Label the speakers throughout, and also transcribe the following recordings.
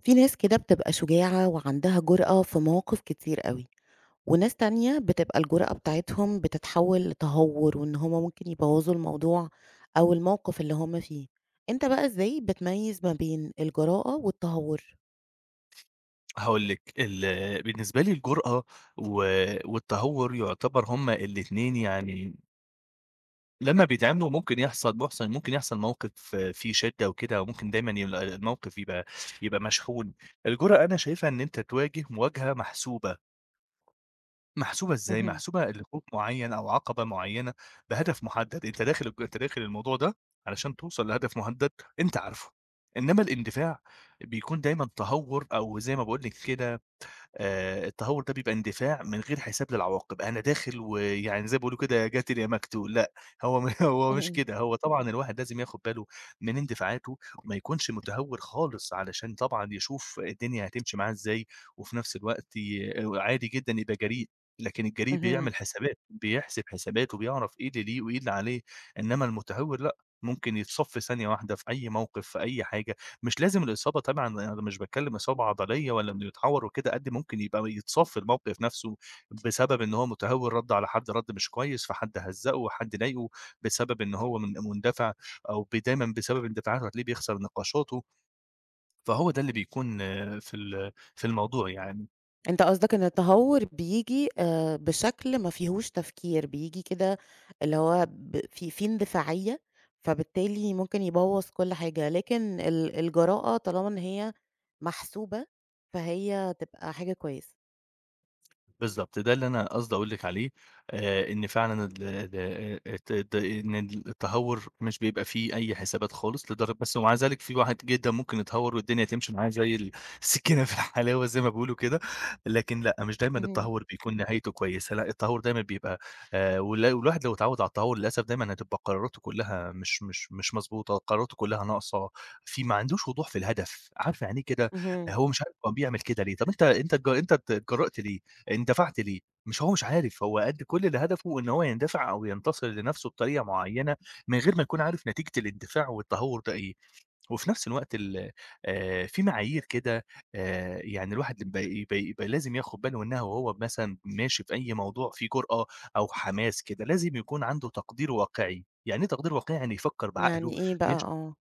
Speaker 1: في ناس كده بتبقى شجاعة وعندها جرأة في مواقف كتير قوي، وناس تانية بتبقى الجرأة بتاعتهم بتتحول لتهور وإن هما ممكن يبوظوا الموضوع أو الموقف اللي هما فيه. انت بقى ازاي بتميز ما بين الجراءة والتهور؟
Speaker 2: هاقول لِك، بالنسبة لي الجرأة و والتهور يعتبر هُما الاتنين يعني لمّا بيتعملوا ممكن يحصل موقف فيه شِدّة وكده، وممكن دايمًا يبقى الموقف يبقى مشحون. الجرأة أنا شايفها إن أنت تواجه مواجهة محسوبة، محسوبة إزاي؟
Speaker 1: مهم.
Speaker 2: محسوبة لخوف معيّن أو عقبة معيّنة بهدف مُحدد، أنت داخل الموضوع ده علشان توصل لهدف مُهدد أنت عارفه، إنّما الاندفاع بيكون دايمًا تهور أو زي ما باقول لِك كده. التهور ده بيبقى اندفاع من غير حساب للعواقب، أنا داخل ويعني زي ما بيقولوا كده جات لي يا مكتوم، لأ. هو م هو مش
Speaker 1: مهم.
Speaker 2: كده، هو طبعًا الواحد لازم ياخد باله من اندفاعاته، وما يكونش متهور خالص علشان طبعًا يشوف الدنيا هتمشي معاه إزاي، وفي نفس الوقت ي آه، عادي جدًا يبقى جريء، لكن الجريء
Speaker 1: مهم.
Speaker 2: بيعمل حسابات، بيحسب حسابات وبيعرف إيه اللي ليه وإيه اللي عليه، إنما المتهور لأ، ممكن يتصف ثانية واحدة في أي موقف، في أي حاجة. مش لازم الإصابة، طبعًا أنا مش باتكلم إصابة عضلية والّا إنه يتعور وكده، قد ممكن يبقى يتصاب في الموقف نفسه بسبب إن هو متهور، رَد على حد رَد مش كويس، فحد هزّقه، حد ضايقه، بسبب إن هو مندفع أو دايمًا بسبب اندفاعاته هتلاقيه بيخسر نقاشاته، فهو ده اللي بيكون في الموضوع يعني.
Speaker 1: أنت قصدك إن التهور بييجي بشكل ما فيهوش تفكير، بييجي كده اللي هو ب في في اندفاعية، فبالتالي ممكن يبوّظ كل حاجة، لكن الجراءة طالما إن هي محسوبة، فهي تبقى حاجة كويسة.
Speaker 2: بالضبط، ده اللي أنا قصدي أقول لِك عليه، إن فعلًا ال ال الت الت إن التهوّر مش بيبقى فيه أي حسابات خالص، لدر بس ومع ذلك في واحد جدًا ممكن يتهوّر والدنيا تمشي معاه زي السكينة في الحلاوة زي ما بيقولوا كده، لكن لأ، مش دايمًا
Speaker 1: اهم،
Speaker 2: التهوّر بيكون نهايته كويسة، لأ التهوّر دايمًا بيبقى. والواحد لو اتعوّد على التهوّر للأسف دايمًا هتبقى قراراته كلّها مش مضبوطة، قراراته كلّها ناقصة، في ما عندوش وضوح في الهدف، عارفة يعني إيه كده،
Speaker 1: اهم،
Speaker 2: هو مش عارف هو بيعمل كده ليه، طَب أنت أنت اتج أنت ات اتجرأت ليه؟ اندفعت ليه؟ مش هو مش عارف، هو قد كل اللي هدفه إن هو يندفع أو ينتصر لنفسه بطريقة معيّنة، من غير ما يكون عارف نتيجة الاندفاع والتهور ده إيه، وفي نفس الوقت ال في معايير كده، يعني الواحد بي يبقى يبقى لازم ياخد باله منها وهو مثلًا ماشي في أي موضوع فيه جرأة أو حماس كده، لازم يكون عنده تقدير واقعي، يعني إيه تقدير واقعي؟ يعني يفكّر بعقله.
Speaker 1: يعني إيه بقى
Speaker 2: مش
Speaker 1: آه،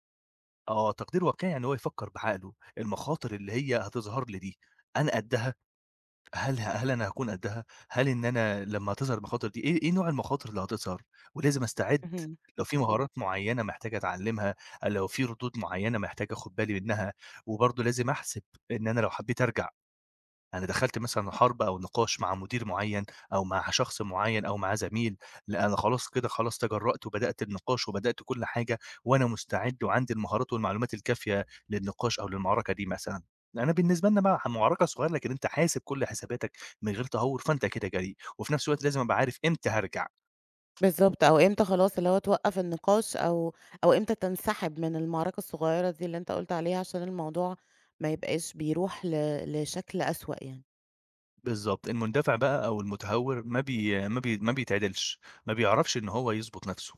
Speaker 2: آه، تقدير واقعي يعني هو يفكّر بعقله، المخاطر اللي هي هتظهر لي دي، أنا قدّها؟ هل أنا هاكون قدّها؟ هل إن أنا لمّا تظهر المخاطر دي إيه نوع المخاطر اللي هتظهر؟ ولازم أستعد،
Speaker 1: اهم،
Speaker 2: لو في مهارات معيّنة محتاج أتعلّمها، لو في ردود معيّنة محتاج آخُد بالي منها، وبرضه لازم أحسب إن أنا لو حبّيت أرجع. أنا دخلت مثلًا حرب أو نقاش مع مدير معيّن أو مع شخص معيّن أو مع زميل، لأ أنا خلاص كده خلاص تجرأت وبدأت النقاش وبدأت كل حاجة، وأنا مستعد وعندي المهارات والمعلومات الكافية للنقاش أو للمعركة دي مثلًا. أنا بالنسبة لنا بقى معركة صغيرة لكن أنت حاسب كل حساباتك من غير تهور، فأنت كده جريء، وفي نفس الوقت لازم أبقى عارف إمتى هارجع.
Speaker 1: بالضبط، أو إمتى خلاص اللي هو توقّف النقاش أو إمتى تنسحب من المعركة الصغيرة دي اللي أنت قُلت عليها عشان الموضوع ما يبقاش بيروح لشكل أسوأ يعني.
Speaker 2: بالضبط، المندفع بقى أو المتهور ما بيتعدلش، ما بيعرفش إن هو يضبط نفسه.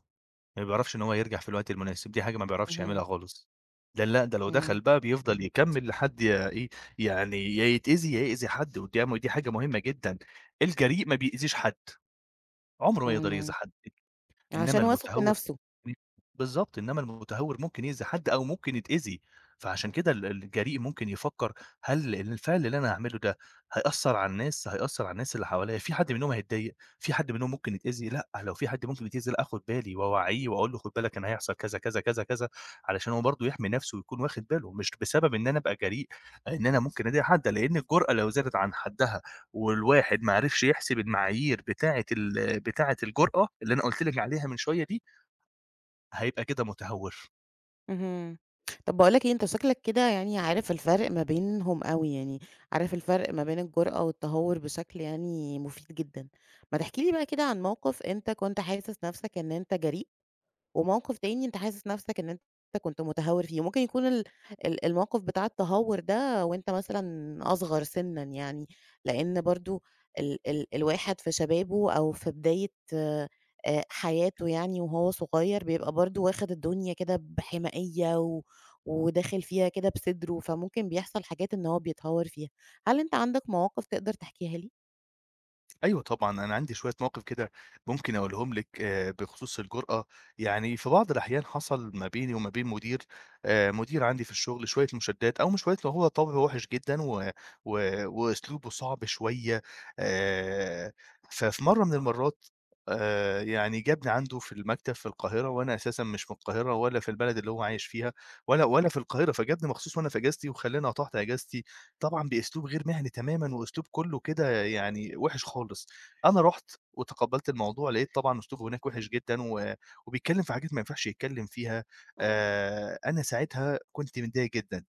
Speaker 2: ما بيعرفش إن هو يرجع في الوقت المناسب، دي حاجة ما بيعرفش يعملها
Speaker 1: اهم،
Speaker 2: خالص. ده لأ، ده لو
Speaker 1: إمم.
Speaker 2: دخل بقى بيفضل يكمّل لحد يا إيه، يعني يا يتأذي يا يأذي حد قدّامه، دي حاجة مهمة جدًا. الجريء ما بيأذيش حد، عمره ما يقدر يأذي
Speaker 1: إمم،
Speaker 2: حد، إنما
Speaker 1: عشان واثق من
Speaker 2: المتهور،
Speaker 1: نفسه،
Speaker 2: إمم، بالضبط، إنما المتهور ممكن يأذي حد أو ممكن يتأذي، فعشان كده الجريء ممكن يفكّر هل الفعل اللي أنا هاعمله ده هيأثّر على الناس، هيأثّر على الناس اللي حواليّا، في حد منهم هيتضايق، في حد منهم ممكن يتأذي، لأ، لو في حد ممكن يتأذي لأ آخُد بالي وأوعّيه وأقول له خُد بالك أنا هيحصل كذا، كذا، كذا، كذا، علشان هو برضه يحمي نَفْسه ويكون واخد باله، مش بسبب إن أنا أبقى جريء إن أنا ممكن أضايق حد، لإن الجرأة لو زادت عن حدّها والواحد ما عرفش يحسب المعايير بتاعة الجرأة اللي أنا قُلت لِك عليها من شوية دي، هيبقى كده متهور.
Speaker 1: اهم. طب باقول لك إيه، أنت شكلك كده يعني عارف الفرق ما بينهم أوي، يعني عارف الفرق ما بين الجرأة والتهور بشكل يعني مفيد جدًا. ما تحكي لي بقى كده عن موقف أنت كنت حاسس نفسك إن أنت جريء، وموقف تاني أنت حاسس نفسك إن أنت كنت متهور فيه، ممكن يكون ال الموقف بتاع التهور ده وأنت مثلًا أصغر سنًا يعني، لأن برضه ال الواحد في شبابه أو في بداية حياته يعني وهو صغير، بيبقى برضه واخد الدنيا كده بحمائية و وداخل فيها كده بصدره، فممكن بيحصل حاجات إن هو بيتهور فيها. هل أنت عندك مواقف تقدر تحكيها لي؟
Speaker 2: أيوه طبعًا، أنا عندي شوية مواقف كده ممكن أقولهم لِك بخصوص الجرأة، يعني في بعض الأحيان حصل ما بيني وما بين مدير عندي في الشغل شوية مشادات، أو مش شوية، لأ هو طبعه وِحِش جدًا و و وأسلوبه صعب شوية. آآ، ففي مرّة من المرّات، يعني جابني عنده في المكتب في القاهرة وأنا أساسًا مش من القاهرة ولا في البلد اللي هو عايش فيها ولا في القاهرة، فجابني مخصوص وأنا في إجازتي وخلّاني قطعت إجازتي، طبعًا بأسلوب غير مهني تمامًا، وأسلوب كلّه كده يعني وِحِش خالص. أنا رُحت وتقبّلت الموضوع، لقيت طبعًا أسلوبه هناك وِحِش جدًا وبيتكلّم في حاجات ما ينفعش يتكلّم فيها. أنا ساعتها كنت متضايق جدًا.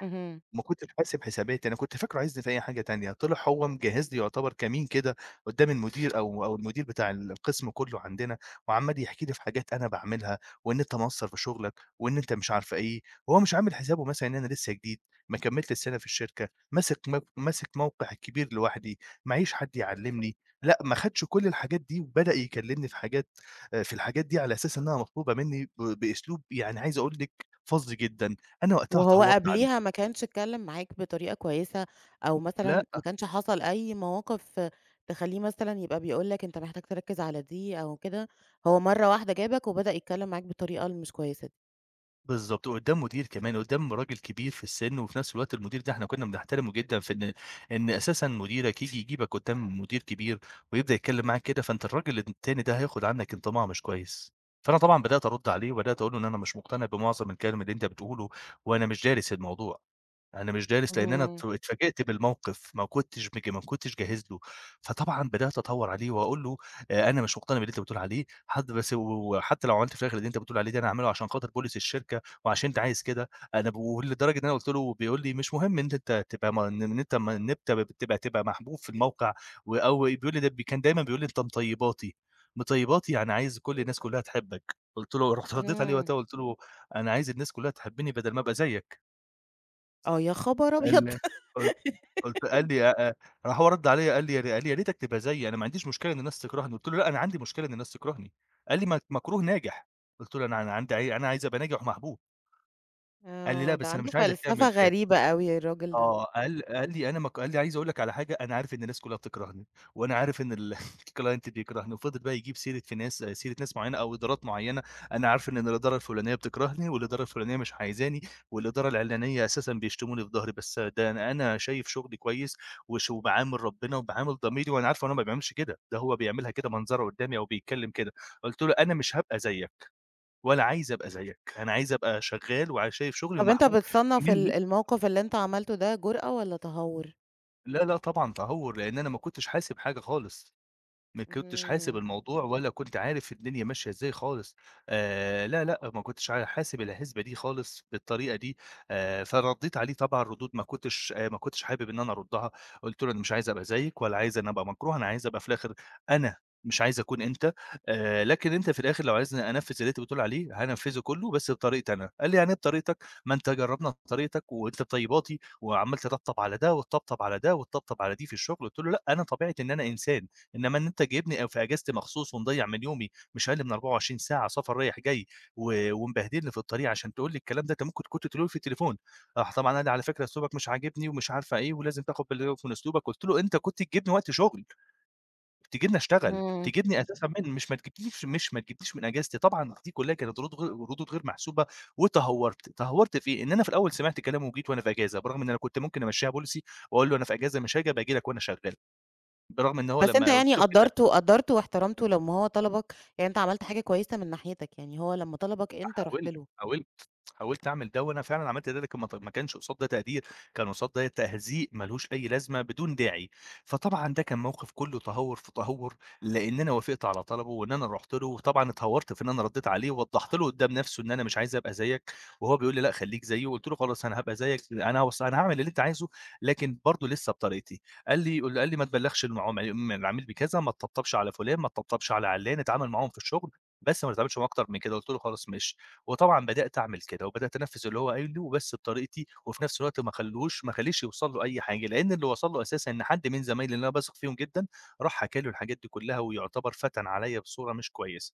Speaker 1: اهم.
Speaker 2: ما كنتش حاسب حساباتي، أنا كنت فاكره عايزني في أي حاجة تانية، طلع هو مجهّز لي يعتبر كمين كده قدّام المدير أو المدير بتاع القسم كله عندنا، وعمّال يحكي لي في حاجات أنا باعملها، وإن أنت مقصّر في شغلك، وإن أنت مش عارفة إيه، وهو مش عامل حسابه مثلًا إن أنا لسه جديد، ما كمّلتش سَنة في الشركة، ماسك موقع كبير لوحدي، معيش حد يعلّمني، لأ ما خدش كل الحاجات دي وبدأ يكلّمني في حاجات في الحاجات دي على أساس إنها مطلوبة منّي بأسلوب يعني عايز أقول لِك فظ جدًا، أنا وقتها
Speaker 1: وهو
Speaker 2: اتهوّرت
Speaker 1: قبليها
Speaker 2: عليه،
Speaker 1: ما كانش اتكلم معاك بطريقة كويسة، أو مثلًا
Speaker 2: لا،
Speaker 1: ما كانش حصل أي مواقف تخلّيه مثلًا يبقى بيقول لك أنت محتاج تركّز على دي أو كده، هو مرّة واحدة جابك وبدأ يتكلم معاك بالطريقة المش كويسة دي؟
Speaker 2: بالضبط، وقدّام مدير كمان، قدّام راجل كبير في السِن، وفي نفس الوقت المدير ده إحنا كنّا بنحترمه جدًا في إن أساسًا مديرك ييجي يجيبك قدّام مدير كبير ويبدأ يتكلّم معاك كده، فأنت الراجل التاني ده هياخُد عنّك انطباع مش كويس. فأنا طبعًا بدأت أرُد عليه وبدأت أقول له إن أنا مش مقتنع بمعظم الكلام اللي أنت بتقوله وأنا مش دارس الموضوع. أنا مش دارس، لإن أنا ات
Speaker 1: اهم،
Speaker 2: اتفاجئت بالموقف، ما كنتش جاهز له، فطبعًا بدأت أدوّر عليه وأقول له أنا مش مقتنع باللي أنت بتقول عليه، حد بس وحتى لو عملت في الآخر اللي أنت بتقول عليه ده أنا هاعمله عشان خاطر policy الشركة وعشان أنت عايز كده، أنا ب ولدرجة إن أنا قُلت له بيقول لي: «مش مهم إن أنت تبقى م إن أنت م إن أنت بتبقى محبوب في الموقع.» و أو بيقول لي ده ب كان دايمًا بيقول لي: «أنت مطيباتي، مطيباتي يعني عايز كل الناس كلها تحبك.» قُلت له رُحت رديت عليه
Speaker 1: اهم.
Speaker 2: وقتها وقُلت له: «أنا عايز الناس كلها تحبني بدل ما أبقى زيك.»
Speaker 1: آه، يا خبر أبيض!
Speaker 2: ال قُل قُلت قال لي أ أ راح هو رَد عليّا قال لي: يا ريتك تبقى زيي، أنا ما عنديش مشكلة إن الناس تكرهني.» قُلت له: «لأ، أنا عندي مشكلة إن الناس تكرهني.» قال لي: «ما أنت مكروه ناجح.» قُلت له: أنا عايز أبقى ناجح ومحبوب.» قال لي: «لأ،
Speaker 1: آه، ده
Speaker 2: بس أنا
Speaker 1: عنده
Speaker 2: مش عايزك
Speaker 1: فلسفة
Speaker 2: تعمل كده.»
Speaker 1: غريبة أوي الراجل ده.
Speaker 2: آه، قال قال لي أنا ما ك قال لي: «عايز أقول لك على حاجة، أنا عارف إن الناس كلّها بتكرهني، وأنا عارف إن الclient بيكرهني.» وفضل بقى يجيب سيرة ناس معيّنة أو إدارات معيّنة: «أنا عارف إن الإدارة الفلانية بتكرهني، والإدارة الفلانية مش عايزاني، والإدارة العلانية أساسًا بيشتموني في ضهري، بس ده أنا شايف شغلي كويس وباعامل ربنا وباعامل ضميري، وأنا عارفه إن هو ما بيعملش كده، ده هو بيعملها كده منظرة قدّامي أو بيتكلّم كده.» قُلت له: «أنا مش هابقى زيّك ولا عايز أبقى زيّك، أنا عايز أبقى شغّال شايف شغلي
Speaker 1: طب أنت
Speaker 2: ومحبوب
Speaker 1: بتصنّف
Speaker 2: من»
Speaker 1: الموقف اللي أنت عملته ده جرأة والّا تهور؟
Speaker 2: لا، لأ طبعًا تهور، لإن أنا ما كنتش حاسب حاجة خالص. ما كنتش حاسب
Speaker 1: اهم،
Speaker 2: الموضوع ولا كنت عارف الدنيا ماشية إزاي خالص. لا، لأ، ما كنتش حاسب الحسبة دي خالص بالطريقة دي. فردّيت عليه طبعًا ردود ما كنتش ما كنتش حابب إن أنا أردّها، قُلت له: «أنا مش عايز أبقى زيّك ولا عايز أنا أبقى مكروه، أنا عايز أبقى في الآخر أنا، مش عايز أكون أنت. لكن أنت في الآخر لو عايزني أنفّذ اللي أنت بتقول عليه هانفّذه كلّه بس بطريقتي أنا.» قال لي: «يعني إيه بطريقتك؟ ما أنت جرّبنا بطريقتك وأنت بطيباتي وعمّال تطبطب على ده وتطبطب على ده وتطبطب على دي في الشغل.» قُلت له: «لأ، أنا طبيعتي إن أنا إنسان.» إنما إن أنت جايبني أو في أجازتي مخصوص ومضيّع من يومي مش أقل من 24 ساعة سفر رايح جاي ومبهدلني في الطريق عشان تقول لي الكلام ده، أنت ممكن كنت تقوله لي في التليفون. راح طبعًا قال لي: «على فكرة أسلوبك مش عاجبني ومش عارفة إيه ولازم تاخد بالك من أسلوبك.» قُلت له: «أنت كنت تجيبني وقت شغل، تجيبني أشتغل،
Speaker 1: اهم.
Speaker 2: تجيبني أساسًا من مش ما تجيبنيش مش ما تجيبنيش من أجازتي.» طبعًا دي كلّها كانت ردود غير محسوبة وتهوّرت. تهوّرت في إيه؟ إن أنا في الأول سمعت كلامه وجيت وأنا في أجازة، برغم إن أنا كنت ممكن أمشّيها policy وأقول له: "أنا في أجازة مش هاجي، أبقى آجي لك وأنا شغّال." برغم إن هو
Speaker 1: بس أنت
Speaker 2: لمّا
Speaker 1: يعني
Speaker 2: قُلت له كده
Speaker 1: قدّرته واحترمته لمّا هو طلبك، يعني أنت عملت حاجة كويسة من ناحيتك، يعني هو لمّا طلبك أنت رُحت
Speaker 2: حاولت،
Speaker 1: له.
Speaker 2: حاولت، حاولت أعمل ده وأنا فعلًا عملت ده، لكن ما كانش قصاد ده تقدير، كان قصاد ده تهزيء ما لهوش أي لازمة بدون داعي، فطبعًا ده كان موقف كلّه تهور في تهور، لإن أنا وافقت على طلبه وإن أنا رُحت له، وطبعًا اتهورت في إن أنا ردّيت عليه ووضّحت له قدّام نَفْسه إن أنا مش عايز أبقى زيّك، وهو بيقول لي: "لأ خلّيك زيي." وقُلت له: "خلاص أنا هابقى زيّك أنا هاوص أنا هاعمل اللي أنت عايزه لكن برضه لسه بطريقتي." قال لي: "ما تبلّغش المعام م العميل بكذا، ما تطبطبش على فلان، ما تطبطبش على عِلّان، اتعامل معاهم في الشغل، بس ما تتعاملش معاهم أكتر من كده." قُلت له: "خلاص ماشي." وطبعًا بدأت أعمل كده، وبدأت أنفّذ اللي هو قايله بس بطريقتي، وفي نفس الوقت ما اخلّيش يوصل له أي حاجة، لإن اللي وصل له أساسًا إن حد من زمايلي اللي أنا باثق فيهم جدًا، راح حكى له الحاجات دي كلّها، ويعتبر فتَن عليَّ بصورة مش كويسة.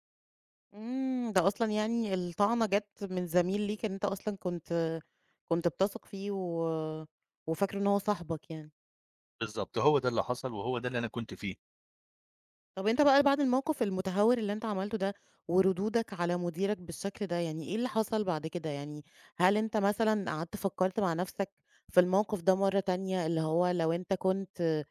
Speaker 1: إمم، ده أصلًا يعني الطعنة جات من زميل ليك إن أنت أصلًا كنت بتثق فيه و وفاكره إن هو صاحبك يعني.
Speaker 2: بالضبط، هو ده اللي حصل، وهو ده اللي أنا كنت فيه.
Speaker 1: طَب أنت بقى بعد الموقف المتهور اللي أنت عملته ده، وردودك على مديرك بالشكل ده، يعني إيه اللي حصل بعد كده؟ يعني هل أنت مثلًا قعدت فكّرت مع نَفْسك في الموقف ده مرّة تانية، اللي هو لو أنت كنت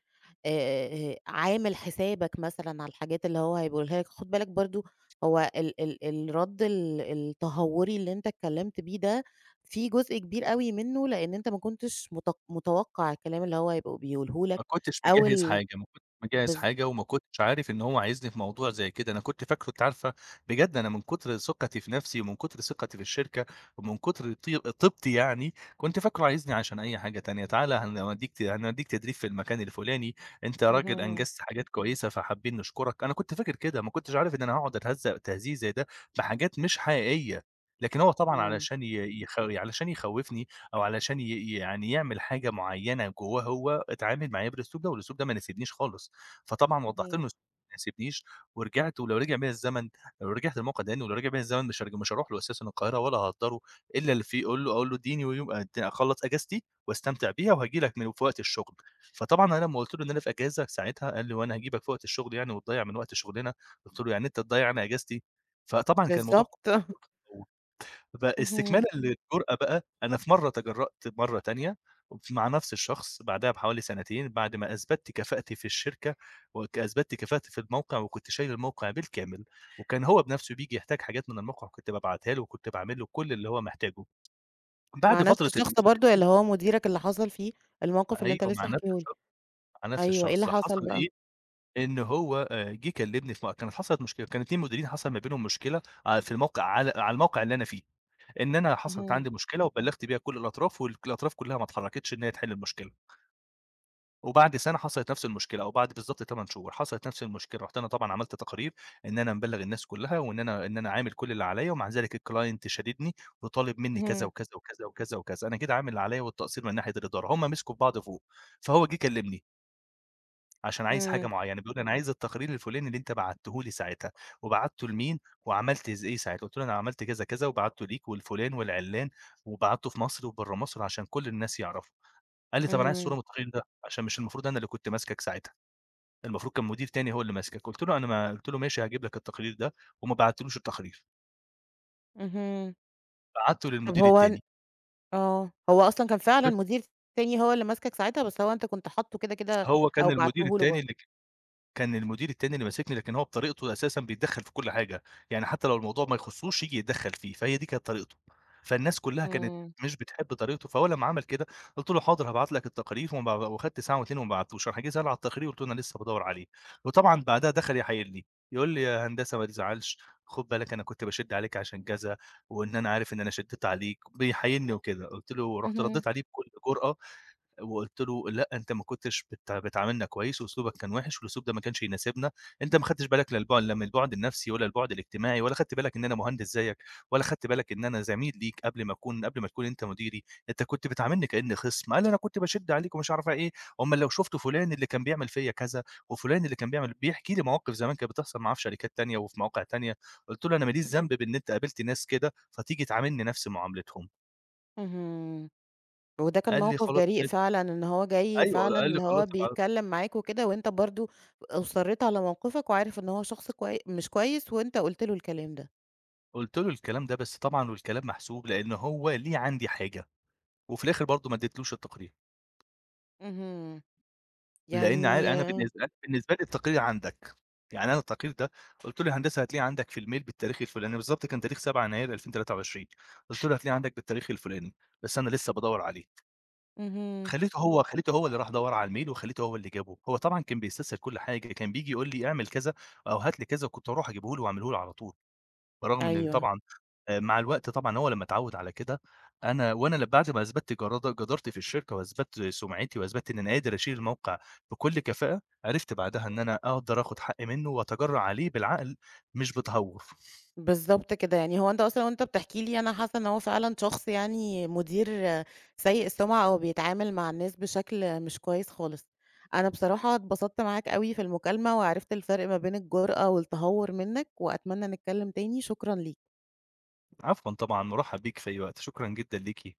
Speaker 1: عامل حسابك مثلًا على الحاجات اللي هو هيقولها لك، خُد بالك برضه هو ال الرَد التهوري اللي أنت اتكلمت بيه ده، في جزء كبير أوي منه لإن أنت ما كنتش متوقع الكلام اللي هو هيبقى بيقوله لك أو ال
Speaker 2: ما كنتش مجهّز
Speaker 1: بالض
Speaker 2: حاجة وما كنتش عارف إن هو عايزني في موضوع زي كده، أنا كنت فاكره أنتِ عارفة بجد أنا من كتر ثقتي في نَفْسي ومن كتر ثقتي في الشركة ومن كتر طيبتي يعني، كنت فاكره عايزني عشان أي حاجة تانية، تعالَ هنودّيك تدريب في المكان الفُلاني، أنت راجل
Speaker 1: اهم،
Speaker 2: أنجزت حاجات كويسة فحابين نشكرك، أنا كنت فاكر كده، ما كنتش عارف إن أنا هاقعد أتهزّأ تهزيء زي ده بحاجات مش حقيقية، لكن هو طبعًا
Speaker 1: إمم،
Speaker 2: علشان يخوّفني أو علشان يعني يعمل حاجة معيّنة جوّاه هو، اتعامل معايا بالأسلوب ده، والأسلوب ده ما ناسبنيش خالص، فطبعًا وضّحت له إن
Speaker 1: اهم،
Speaker 2: الأسلوب ما يناسبنيش، ورجعت ولو رجع بيّا الزمن لو رجعت الموقع تاني ولو رجع بيّا الزمن مش هاروح له أساسًا القاهرة ولا هاقدّره، إلا اللي فيه أقول له ادّيني ويوم أخلّص إجازتي واستمتع بيها وهاجي لك في وقت الشغل، فطبعًا أنا لمّا قُلت له إن أنا في إجازة ساعتها قال لي: "هو أنا هاجيبك في وقت الشغل يعني وتضيّع من وقت شغلنا؟" قُلت له: "يعني أنت تضيّع أنا إجازتي؟" فطبعًا كان الموضوع
Speaker 1: بالضبط، اهم،
Speaker 2: فاستكمالا للجرأة بقى، أنا في مرّة تجرّأت مرّة تانية مع نفس الشخص بعدها بحوالي سنتين، بعد ما أثبتت كفاءتي في الشركة، أثبتت كفاءتي في الموقع، وكنت شايل الموقع بالكامل، وكان هو بنفسه بييجي يحتاج حاجات من الموقع وكنت بابعتها له، وكنت باعمل له كل اللي هو محتاجه.
Speaker 1: مع
Speaker 2: بعد
Speaker 1: نفس
Speaker 2: فترة
Speaker 1: الشخص
Speaker 2: ال
Speaker 1: برضه اللي هو مديرك اللي حصل فيه الموقف اللي أنت
Speaker 2: أيوه مع
Speaker 1: لسه
Speaker 2: نفس
Speaker 1: حاكيه لي،
Speaker 2: الشخص، مع نفس
Speaker 1: أيوه، إيه اللي
Speaker 2: الشخص،
Speaker 1: حصل
Speaker 2: حصل
Speaker 1: بقى؟
Speaker 2: إيه، إن هو جه كلمني في م كانت حصلت مشكلة، كان 2 مديرين حصل ما بينهم مشكلة في الموقع على الموقع اللي أنا فيه. إن أنا حصلت
Speaker 1: اهم،
Speaker 2: عندي مشكلة وبلّغت بيها كل الأطراف الأطراف كلّها ما اتحرّكتش إن هي تحِل المشكلة، وبعد سَنة حصلت نفْس المشكلة أو بعد بالضبط 8 شهور حصلت نفْس المشكلة، رُحت أنا طبعًا عملت تقارير إن أنا مبلّغ الناس كلّها وإن أنا إن أنا عامل كل اللي عليّا ومع ذلك الclient شاددني وطالب منّي كذا،
Speaker 1: اهم،
Speaker 2: وكذا، وكذا، وكذا، وكذا، أنا كده عامل اللي عليّا والتقصير من ناحية الإدارة، هُم مسكوا في بعض فوق، فهو جِه كلّمني عشان عايز حاجة
Speaker 1: إمم،
Speaker 2: معيّنة، يعني بيقول لي: "أنا عايز التقرير الفُلاني اللي أنت بعته لي ساعتها، وبعته لمين، وعملت إيه ساعتها." قُلت له: "أنا عملت كذا، كذا، وبعته ليك ولفُلان والعِلّان، وبعته في مصر وبرّه مصر عشان كل الناس يعرفوا." قال لي: "طَب أنا عايز صورة
Speaker 1: إمم،
Speaker 2: من التقرير ده، عشان مش المفروض أنا اللي كنت ماسكك ساعتها، المفروض كان مدير تاني هو اللي ماسكك." قُلت له: "أنا ما"، قُلت له: "ماشي هاجيب لك التقرير ده." وما بعتّلوش التقرير،
Speaker 1: اهم،
Speaker 2: بعته
Speaker 1: طب
Speaker 2: للمدير
Speaker 1: هو
Speaker 2: التاني،
Speaker 1: آه، هو أصلًا كان فعلًا
Speaker 2: بس
Speaker 1: مدير تاني هو اللي ماسكك ساعتها، بس هو أنت كنت حاطّه كده،
Speaker 2: هو
Speaker 1: أو بعته له برضه.
Speaker 2: كان المدير التاني اللي ماسكني، لكن هو بطريقته أساسًا بيتدخّل في كل حاجة، يعني حتى لو الموضوع ما يخصوش ييجي يتدخّل فيه، فهي دي كانت طريقته، فالناس كلّها كانت
Speaker 1: إمم،
Speaker 2: مش بتحب طريقته، فهو لمّا عمل كده قُلت له: "حاضر هابعت لك التقارير." وما وخدت ساعة و2 وما بعتوش، راح جه سأل على التقرير قُلت له: "أنا لسه بادوّر عليه." وطبعًا بعدها دخل يحايلني، يقول لي: "يا هندسة ما تزعلش، خُد بالك أنا كنت باشِد عليك عشان كذا، وإن أنا عارف إن أنا شدّيت عليك." بيحايلني وكده، قُلت له رُحت
Speaker 1: اهم،
Speaker 2: ردّيت عليه بكل جرأة وقُلت له: "لأ، أنت ما كنتش بتعاملنا كويس وأسلوبك كان وِحِش والأسلوب ده ما كانش يناسبنا، أنت ما خدتش بالك لا من البُعد النفسي ولا البُعد الاجتماعي ولا خدت بالك إن أنا مهندس زيّك ولا خدت بالك إن أنا زميل ليك قبل ما تكون أنت مديري، أنت كنت بتعاملني كإنّي خِصم." قال لي: "أنا كنت باشِد عليك ومش عارفة إيه، أُمّال لو شُفتوا فُلان اللي كان بيعمل فيّا كذا وفُلان اللي كان بيعمل" بيحكي لي مواقف زمان كانت بتحصل معاه في شركات تانية وفي مواقع تانية، قُلت له: "أنا ما ليش ذنب بإن أنت قابلت ناس كده، فتيجي تعاملني نفس معاملتهم."
Speaker 1: اهم. وده كان
Speaker 2: قال لي:
Speaker 1: موقف
Speaker 2: "خلاص
Speaker 1: جريء
Speaker 2: ماشي."
Speaker 1: فعلًا، إن هو جاي
Speaker 2: أيوه،
Speaker 1: فعلًا
Speaker 2: قال لي:
Speaker 1: اللي
Speaker 2: "خلاص
Speaker 1: هو
Speaker 2: ابع"،
Speaker 1: بيتكلّم معاك وكده، وأنت برضه أُصرّيت على موقفك وعارف إن هو شخص مش كويس وأنت قُلت له الكلام ده.
Speaker 2: قُلت له الكلام ده، بس طبعًا والكلام محسوب، لإن هو ليه عندي حاجة، وفي الآخر برضه ما اديتلوش التقرير،
Speaker 1: اهم،
Speaker 2: لإن عار
Speaker 1: يعني
Speaker 2: أنا بالنسبة لي التقرير عندك، يعني أنا التقرير ده قُلت له: "يا هندسة هتلاقيه عندك في الmail بالتاريخ الفلاني." بالضبط كان تاريخ 7 يناير 2023، قُلت له: "هتلاقيه عندك بالتاريخ الفلاني، بس أنا لسه بادوّر عليه."
Speaker 1: اهم،
Speaker 2: خلّيته هو اللي راح دَوَّر على الmail وخلّيته هو اللي جابه، هو طبعًا كان بيستسهل كل حاجة، كان بييجي يقول لي: "اعمل كذا أو هات لي كذا." كنت أروح أجيبه له وأعمله له على طول، برغم إن
Speaker 1: أيوه.
Speaker 2: طبعًا مع الوقت طبعًا هو لمّا اتعوّد على كده، أنا وأنا ل بعد ما أثبتّ جدارتي في الشركة وأثبتّ سُمعتي وأثبتّ إن أنا قادر أشيل الموقع بكل كفاءة، عرفت بعدها إن أنا أقدر آخُد حقّي منّه وأتجرّأ عليه بالعقل مش بتهوّر.
Speaker 1: بالضبط كده، يعني هو أنت أصلًا وأنت بتحكي لي أنا حاسة إن هو فعلًا شخص يعني مدير آه، سيء السمعة أو بيتعامل مع الناس بشكل مش كويس خالص. أنا بصراحة اتبسطت معاك أوي في المكالمة، وعرفت الفرق ما بين الجرأة والتهور منّك، وأتمنى نتكلم تاني، شكرًا ليك.
Speaker 2: عفوًا طبعًا، مُرحّب بيك في أي وقت، شكرًا جدًا ليكِ.